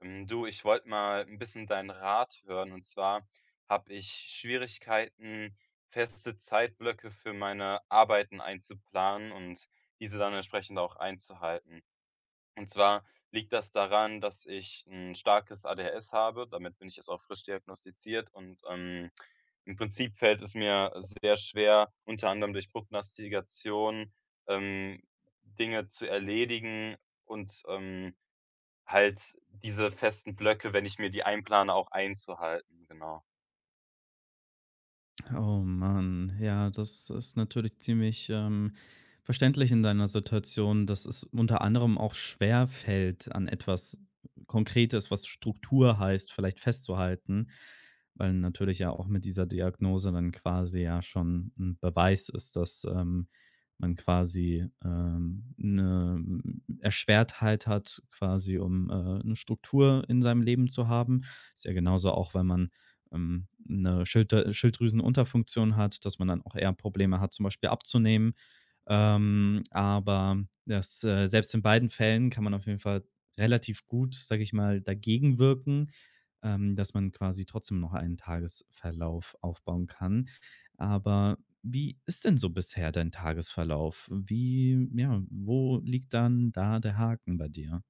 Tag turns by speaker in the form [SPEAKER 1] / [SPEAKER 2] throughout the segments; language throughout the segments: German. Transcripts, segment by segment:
[SPEAKER 1] Du, ich wollte mal ein bisschen deinen Rat hören. Und zwar habe ich Schwierigkeiten, feste Zeitblöcke für meine Arbeiten einzuplanen und diese dann entsprechend auch einzuhalten. Und zwar liegt das daran, dass ich ein starkes ADHS habe. Damit bin ich jetzt auch frisch diagnostiziert, und, im Prinzip fällt es mir sehr schwer, unter anderem durch Prognostikation, ähm, Dinge zu erledigen und halt diese festen Blöcke, wenn ich mir die einplane, auch einzuhalten, genau.
[SPEAKER 2] Oh Mann, ja, das ist natürlich ziemlich verständlich in deiner Situation, dass es unter anderem auch schwer fällt, an etwas Konkretes, was Struktur heißt, vielleicht festzuhalten, weil natürlich ja auch mit dieser Diagnose dann quasi ja schon ein Beweis ist, dass man quasi eine Erschwertheit hat, quasi um eine Struktur in seinem Leben zu haben. Ist ja genauso auch, wenn man 'ne Schilddrüsenunterfunktion hat, dass man dann auch eher Probleme hat, zum Beispiel abzunehmen. Aber das, selbst in beiden Fällen kann man auf jeden Fall relativ gut, sage ich mal, dagegen wirken, dass man quasi trotzdem noch einen Tagesverlauf aufbauen kann. Aber wie ist denn so bisher dein Tagesverlauf? Wie ja, wo liegt dann da der Haken bei dir?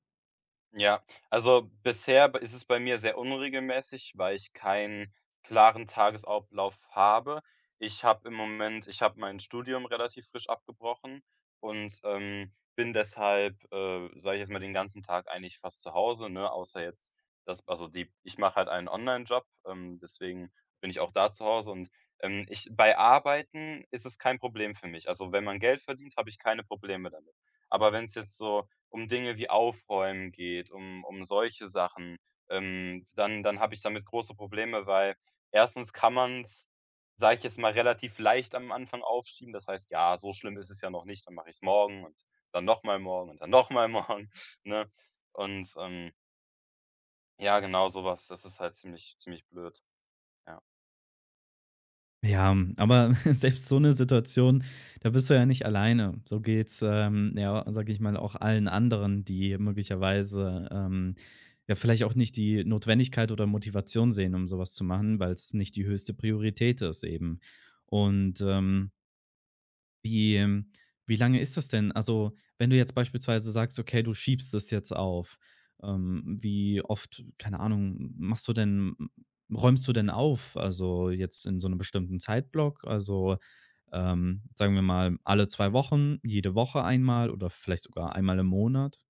[SPEAKER 1] Ja, also bisher b ist es bei mir sehr unregelmäßig, weil ich keinen klaren Tagesablauf habe. Ich habe mein Studium relativ frisch abgebrochen und, bin deshalb, sage ich jetzt mal, den ganzen Tag eigentlich fast zu Hause, ne, außer jetzt, das also die ich mache halt einen Onlinejob, deswegen bin ich auch da zu Hause, und ich bei Arbeiten ist es kein Problem für mich. Also, wenn man Geld verdient, habe ich keine Probleme damit. Aber wenn es jetzt so um Dinge wie Aufräumen geht, um solche Sachen, dann habe ich damit große Probleme, weil erstens kann man's, sage ich jetzt mal, relativ leicht am Anfang aufschieben. Das heißt: „Ja, so schlimm ist es ja noch nicht, dann mache ich's morgen und dann noch mal morgen und dann noch mal morgen“, ne? Und, ja, genau sowas, das ist halt ziemlich ziemlich blöd, ja.
[SPEAKER 2] Ja, aber selbst so eine Situation, da bist du ja nicht alleine. So geht's, ja, sage ich mal, auch allen anderen, die möglicherweise, ja, vielleicht auch nicht die Notwendigkeit oder Motivation sehen, um sowas zu machen, weil es nicht die höchste Priorität ist eben. Und, ähm wie, ähm Wie lange ist das denn? Also, wenn du jetzt beispielsweise sagst: „Okay, du schiebst es jetzt auf“, wie oft, keine Ahnung, machst du denn räumst du denn auf? Also, jetzt in so einem bestimmten Zeitblock? Also, sagen wir mal, alle 2 Wochen, jede Woche einmal oder vielleicht sogar einmal im Monat?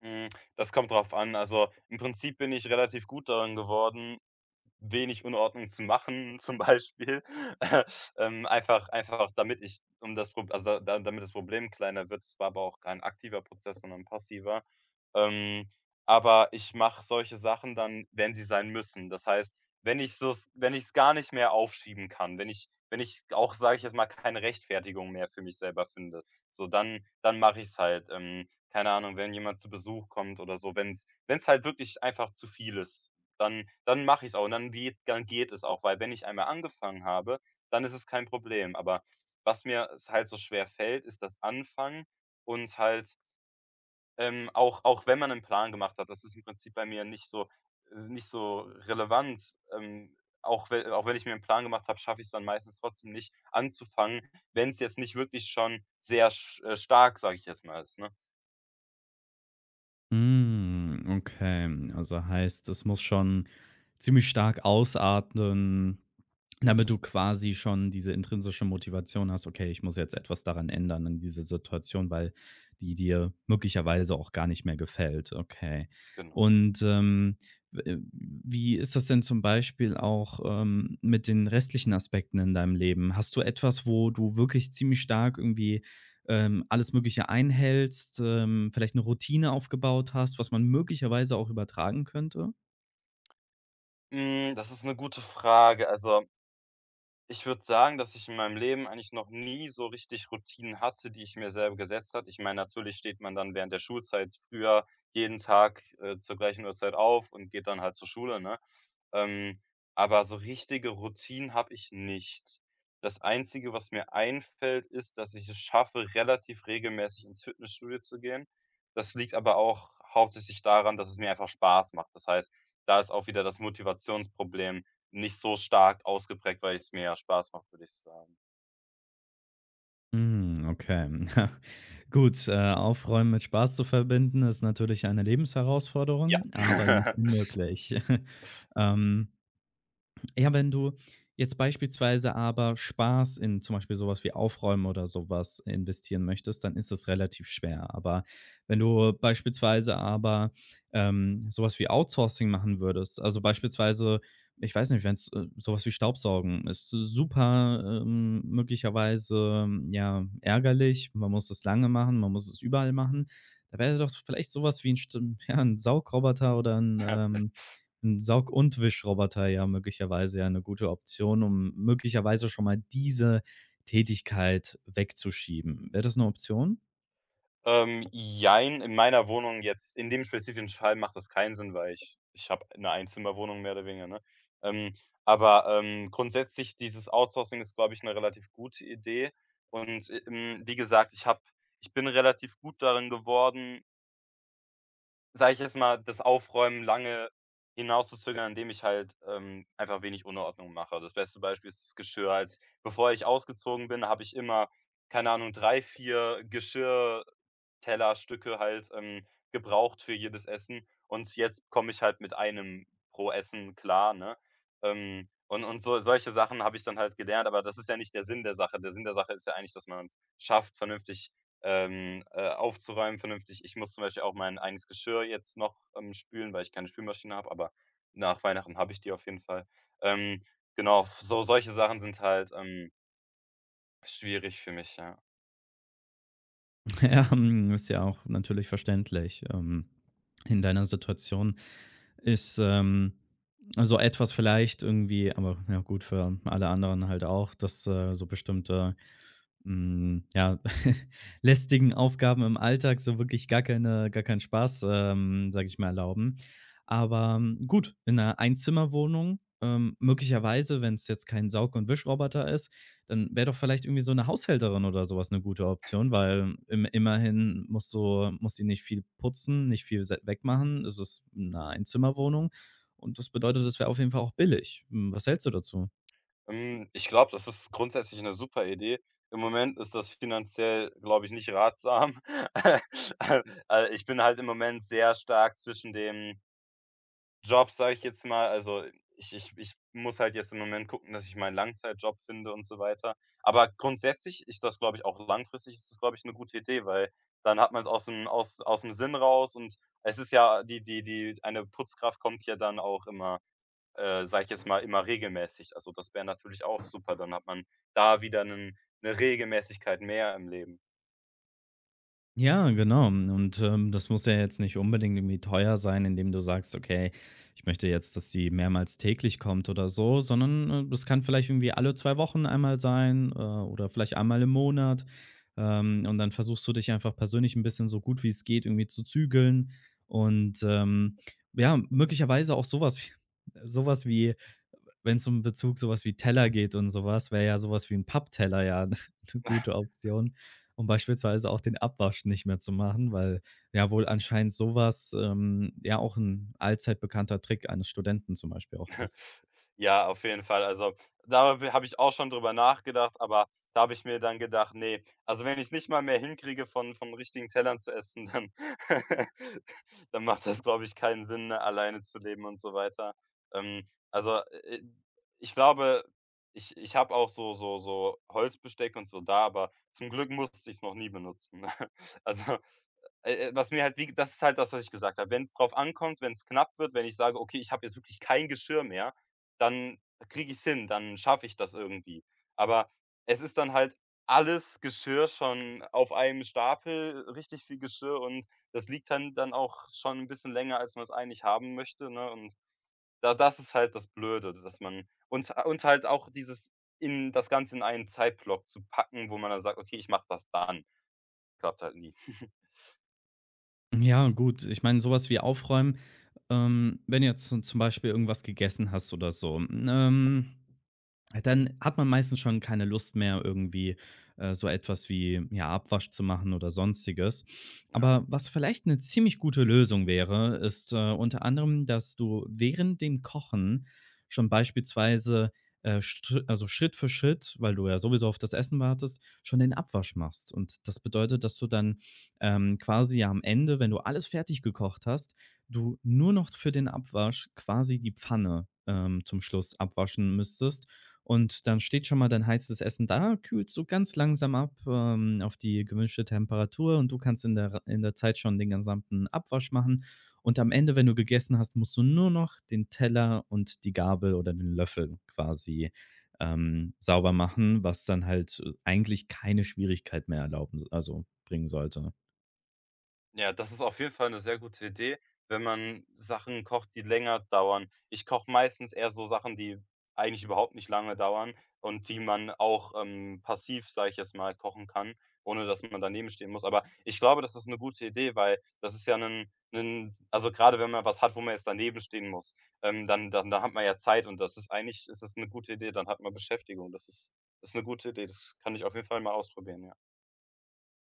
[SPEAKER 1] Hm, das kommt drauf an. Also, im Prinzip bin ich relativ gut darin geworden, wenig Unordnung zu machen zum Beispiel, einfach damit ich um das Prob also, da damit das Problem kleiner wird. Es war aber auch kein aktiver Prozess, sondern 'n passiver. Ähm, aber ich mache solche Sachen dann, wenn sie sein müssen. Das heißt, wenn ich es gar nicht mehr aufschieben kann, wenn ich auch, sage ich jetzt mal, keine Rechtfertigung mehr für mich selber finde, so dann mache ich es halt. Keine Ahnung, wenn jemand zu Besuch kommt oder so, wenn es halt wirklich einfach zu viel ist. Dann mache ich's auch und dann geht es auch, weil wenn ich einmal angefangen habe, dann ist es kein Problem. Aber was mir s halt so schwer fällt, ist das Anfangen und halt, auch wenn man 'nen Plan gemacht hat, das ist im Prinzip bei mir nicht so nicht so relevant. Auch wenn ich mir 'n Plan gemacht habe, schaffe ich's dann meistens trotzdem nicht anzufangen, wenn's jetzt nicht wirklich schon sehr sch stark, sage ich jetzt mal, ist, ne?
[SPEAKER 2] Hm, okay. Also heißt, es muss schon ziemlich stark ausatmen, damit du quasi schon diese intrinsische Motivation hast: „Okay, ich muss jetzt etwas daran ändern in dieser Situation, weil die dir möglicherweise auch gar nicht mehr gefällt.“ Okay.
[SPEAKER 1] Genau.
[SPEAKER 2] Und, w wie ist das denn zum Beispiel auch, mit den restlichen Aspekten in deinem Leben? Hast du etwas, wo du wirklich ziemlich stark irgendwie alles Mögliche einhältst, vielleicht eine Routine aufgebaut hast, was man möglicherweise auch übertragen könnte?
[SPEAKER 1] Hm, das ist 'ne gute Frage. Also ich würde sagen, dass ich in meinem Leben eigentlich noch nie so richtig Routinen hatte, die ich mir selber gesetzt hatte. Ich meine, natürlich steht man dann während der Schulzeit früher jeden Tag, zur gleichen Uhrzeit auf und geht dann halt zur Schule, ne? Ähm, aber so richtige Routinen habe ich nicht. Das Einzige, was mir einfällt, ist, dass ich es schaffe, relativ regelmäßig ins Fitnessstudio zu gehen. Das liegt aber auch hauptsächlich daran, dass es mir einfach Spaß macht. Das heißt, da ist auch wieder das Motivationsproblem. Nicht so stark ausgeprägt, weil es mir ja Spaß macht, würde ich sagen.
[SPEAKER 2] Mhm, okay. Gut, Aufräumen mit Spaß zu verbinden, ist natürlich eine
[SPEAKER 1] Ja.
[SPEAKER 2] Lebensherausforderung, aber nicht unmöglich. Ähm Ja, wenn du jetzt beispielsweise aber Spaß in zum Beispiel sowas wie Aufräumen oder sowas investieren möchtest, dann ist das relativ schwer. Aber wenn du beispielsweise aber, so wie Outsourcing machen würdest, also beispielsweise, ich weiß nicht, wenn's, so wie Staubsaugen ist super, möglicherweise, ja, ärgerlich. Man muss es lange machen, man muss es überall machen. Da wäre doch vielleicht sowas wie ein St ja, ein Saugroboter oder ein Saug und Wischroboter ja möglicherweise ja eine gute Option, um möglicherweise schon mal diese Tätigkeit wegzuschieben. Wäre das eine Option?
[SPEAKER 1] Jein, in meiner Wohnung jetzt in dem spezifischen Fall macht das keinen Sinn, weil ich habe eine Einzimmerwohnung mehr oder weniger, ne? Ähm, aber grundsätzlich dieses Outsourcing ist, glaube ich, eine relativ gute Idee und, wie gesagt, ich bin relativ gut darin geworden, sage ich jetzt mal, das Aufräumen lange hinauszuzögern, indem ich halt, einfach wenig Unordnung mache. Das beste Beispiel ist das Geschirr. Als Bevor ich ausgezogen bin, habe ich immer, keine Ahnung, 3 4 Geschirr Tellerstücke halt, gebraucht für jedes Essen, und jetzt komme ich halt mit einem pro Essen klar, ne? Und so solche Sachen habe ich dann halt gelernt, aber das ist ja nicht der Sinn der Sache. Der Sinn der Sache ist ja eigentlich, dass man's schafft, vernünftig, aufzuräumen. Vernünftig Ich muss zum Beispiel auch mein eigenes Geschirr jetzt noch, spülen, weil ich keine Spülmaschine habe, aber nach Weihnachten habe ich die auf jeden Fall. Ähm, genau, so solche Sachen sind halt, schwierig für mich, ja.
[SPEAKER 2] Ja, hm, ist ja auch natürlich verständlich. In deiner Situation ist, so etwas vielleicht irgendwie aber ja gut, für alle anderen halt auch, dass, so bestimmte Hm, ja, lästigen Aufgaben im Alltag so wirklich gar keine gar keinen Spaß, sage ich mal, erlauben. Aber gut, in einer Einzimmerwohnung, möglicherweise, wenn es jetzt kein Saug und Wischroboter ist, dann wäre doch vielleicht irgendwie so eine Haushälterin oder sowas eine gute Option, weil im immerhin muss sie nicht viel putzen, nicht viel se wegmachen. Es ist eine Einzimmerwohnung und das bedeutet, es wäre auf jeden Fall auch billig. Hm, was hältst du dazu?
[SPEAKER 1] Hm, ich glaube, das ist grundsätzlich eine super Idee. Im Moment ist das finanziell, glaube ich, nicht ratsam. Äh, Ich bin halt im Moment sehr stark zwischen dem Job, sage ich jetzt mal. Ich muss halt jetzt im Moment gucken, dass ich meinen Langzeitjob finde und so weiter. Aber grundsätzlich ist das, glaube ich, auch langfristig ist das, glaube ich, eine gute Idee, weil dann hat man es aus dem Sinn raus, und es ist ja die eine Putzkraft kommt ja dann auch immer, sage ich jetzt mal, immer regelmäßig. Also, das wäre natürlich auch super. Dann hat man da wieder 'nen 'ne Regelmäßigkeit mehr im Leben.
[SPEAKER 2] Ja, genau. Und, das muss ja jetzt nicht unbedingt irgendwie teuer sein, indem du sagst: „Okay, ich möchte jetzt, dass sie mehrmals täglich kommt“ oder so, sondern, das kann vielleicht irgendwie alle 2 Wochen einmal sein, oder vielleicht einmal im Monat. Und dann versuchst du dich einfach persönlich ein bisschen so gut wie es geht irgendwie zu zügeln und, ja, möglicherweise auch sowas was wie so wie wenn es um Bezug sowas wie Teller geht und sowas, wäre ja sowas wie 'n Pappteller ja 'ne gute Option, um beispielsweise auch den Abwasch nicht mehr zu machen, weil ja wohl anscheinend sowas ja auch 'n allzeit bekannter Trick eines Studenten zum Beispiel auch ist.
[SPEAKER 1] Ja, auf jeden Fall. Also, da habe ich auch schon drüber nachgedacht, aber da habe ich mir dann gedacht: „Nee, also wenn ich's nicht mal mehr hinkriege, von richtigen Tellern zu essen, dann dann macht das, glaube ich, keinen Sinn, ne, alleine zu leben und so weiter.“ Ähm, also, äh, Ich glaube, ich habe auch so Holzbesteck und so da, aber zum Glück musste ich es noch nie benutzen. Also was mir halt wie das ist halt das, was ich gesagt habe. Wenn's drauf ankommt, wenn's knapp wird, wenn ich sage: „Okay, ich habe jetzt wirklich kein Geschirr mehr“, dann kriege ich's hin, dann schaffe ich das irgendwie. Aber es ist dann halt alles Geschirr schon auf einem Stapel, richtig viel Geschirr, und das liegt dann auch schon 'n bisschen länger, als man's eigentlich haben möchte, ne? Und da das ist halt das Blöde, dass man halt auch dieses in das Ganze in einen Zeitblock zu packen, wo man dann sagt: „Okay, ich mache das dann“, klappt halt nie.
[SPEAKER 2] Ja, gut. Ich meine, sowas wie Aufräumen, wenn du jetzt z zum Beispiel irgendwas gegessen hast oder so, dann hat man meistens schon keine Lust mehr, irgendwie, so etwas wie, ja, Abwasch zu machen oder Sonstiges. Aber was vielleicht eine ziemlich gute Lösung wäre, ist, unter anderem, dass du während dem Kochen schon beispielsweise, str also Schritt für Schritt, weil du ja sowieso auf das Essen wartest, schon den Abwasch machst. Und das bedeutet, dass du dann quasi ja am Ende, wenn du alles fertig gekocht hast, du nur noch für den Abwasch quasi die Pfanne, zum Schluss abwaschen müsstest. Und dann steht schon mal dein heißes Essen da, kühlt so ganz langsam ab, auf die gewünschte Temperatur und du kannst in der Zeit schon den gesamten Abwasch machen. Und am Ende, wenn du gegessen hast, musst du nur noch den Teller und die Gabel oder den Löffel quasi, sauber machen, was dann halt eigentlich keine Schwierigkeit mehr bringen sollte.
[SPEAKER 1] Ja, das ist auf jeden Fall eine sehr gute Idee, wenn man Sachen kocht, die länger dauern. Ich koche meistens eher so Sachen, die eigentlich überhaupt nicht lange dauern und die man auch, passiv, sage ich jetzt mal, kochen kann, ohne dass man daneben stehen muss. Aber ich glaube, das ist eine gute Idee, weil das ist ja ein, 'nen also, gerade wenn man was hat, wo man jetzt daneben stehen muss, dann hat man ja Zeit, und das ist eigentlich ist es eine gute Idee, dann hat man Beschäftigung. Das ist Ist eine gute Idee. Das kann ich auf jeden Fall mal ausprobieren, ja.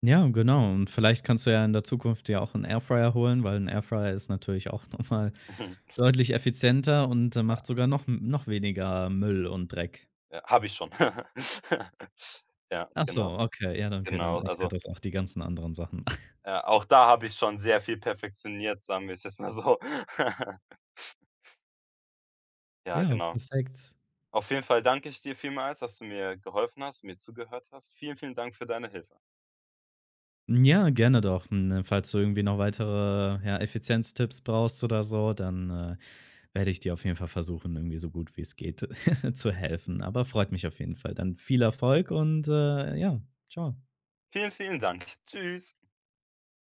[SPEAKER 2] Ja, genau. Und vielleicht kannst du ja in der Zukunft dir auch einen Airfryer holen, weil ein Airfryer ist natürlich auch noch mal deutlich effizienter und, macht sogar noch weniger Müll und Dreck.
[SPEAKER 1] Ja, habe ich schon. Ja,
[SPEAKER 2] Ach so,
[SPEAKER 1] genau,
[SPEAKER 2] okay. Ja, danke, dann
[SPEAKER 1] genau. Also,
[SPEAKER 2] erklärt das auch die ganzen anderen Sachen.
[SPEAKER 1] auch da habe ich schon sehr viel perfektioniert, sagen wir es jetzt mal so. Ja,
[SPEAKER 2] Ja,
[SPEAKER 1] genau.
[SPEAKER 2] perfekt.
[SPEAKER 1] Auf jeden Fall danke ich dir vielmals, dass du mir geholfen hast, mir zugehört hast. Vielen, vielen Dank für deine Hilfe.
[SPEAKER 2] Ja, gerne doch. Hm, ne, falls du irgendwie noch weitere, ja, Effizienztipps brauchst oder so, dann, werde ich dir auf jeden Fall versuchen, irgendwie so gut wie es geht zu helfen. Aber freut mich auf jeden Fall. Dann viel Erfolg und, ja, ciao.
[SPEAKER 1] Vielen, vielen Dank. Tschüss.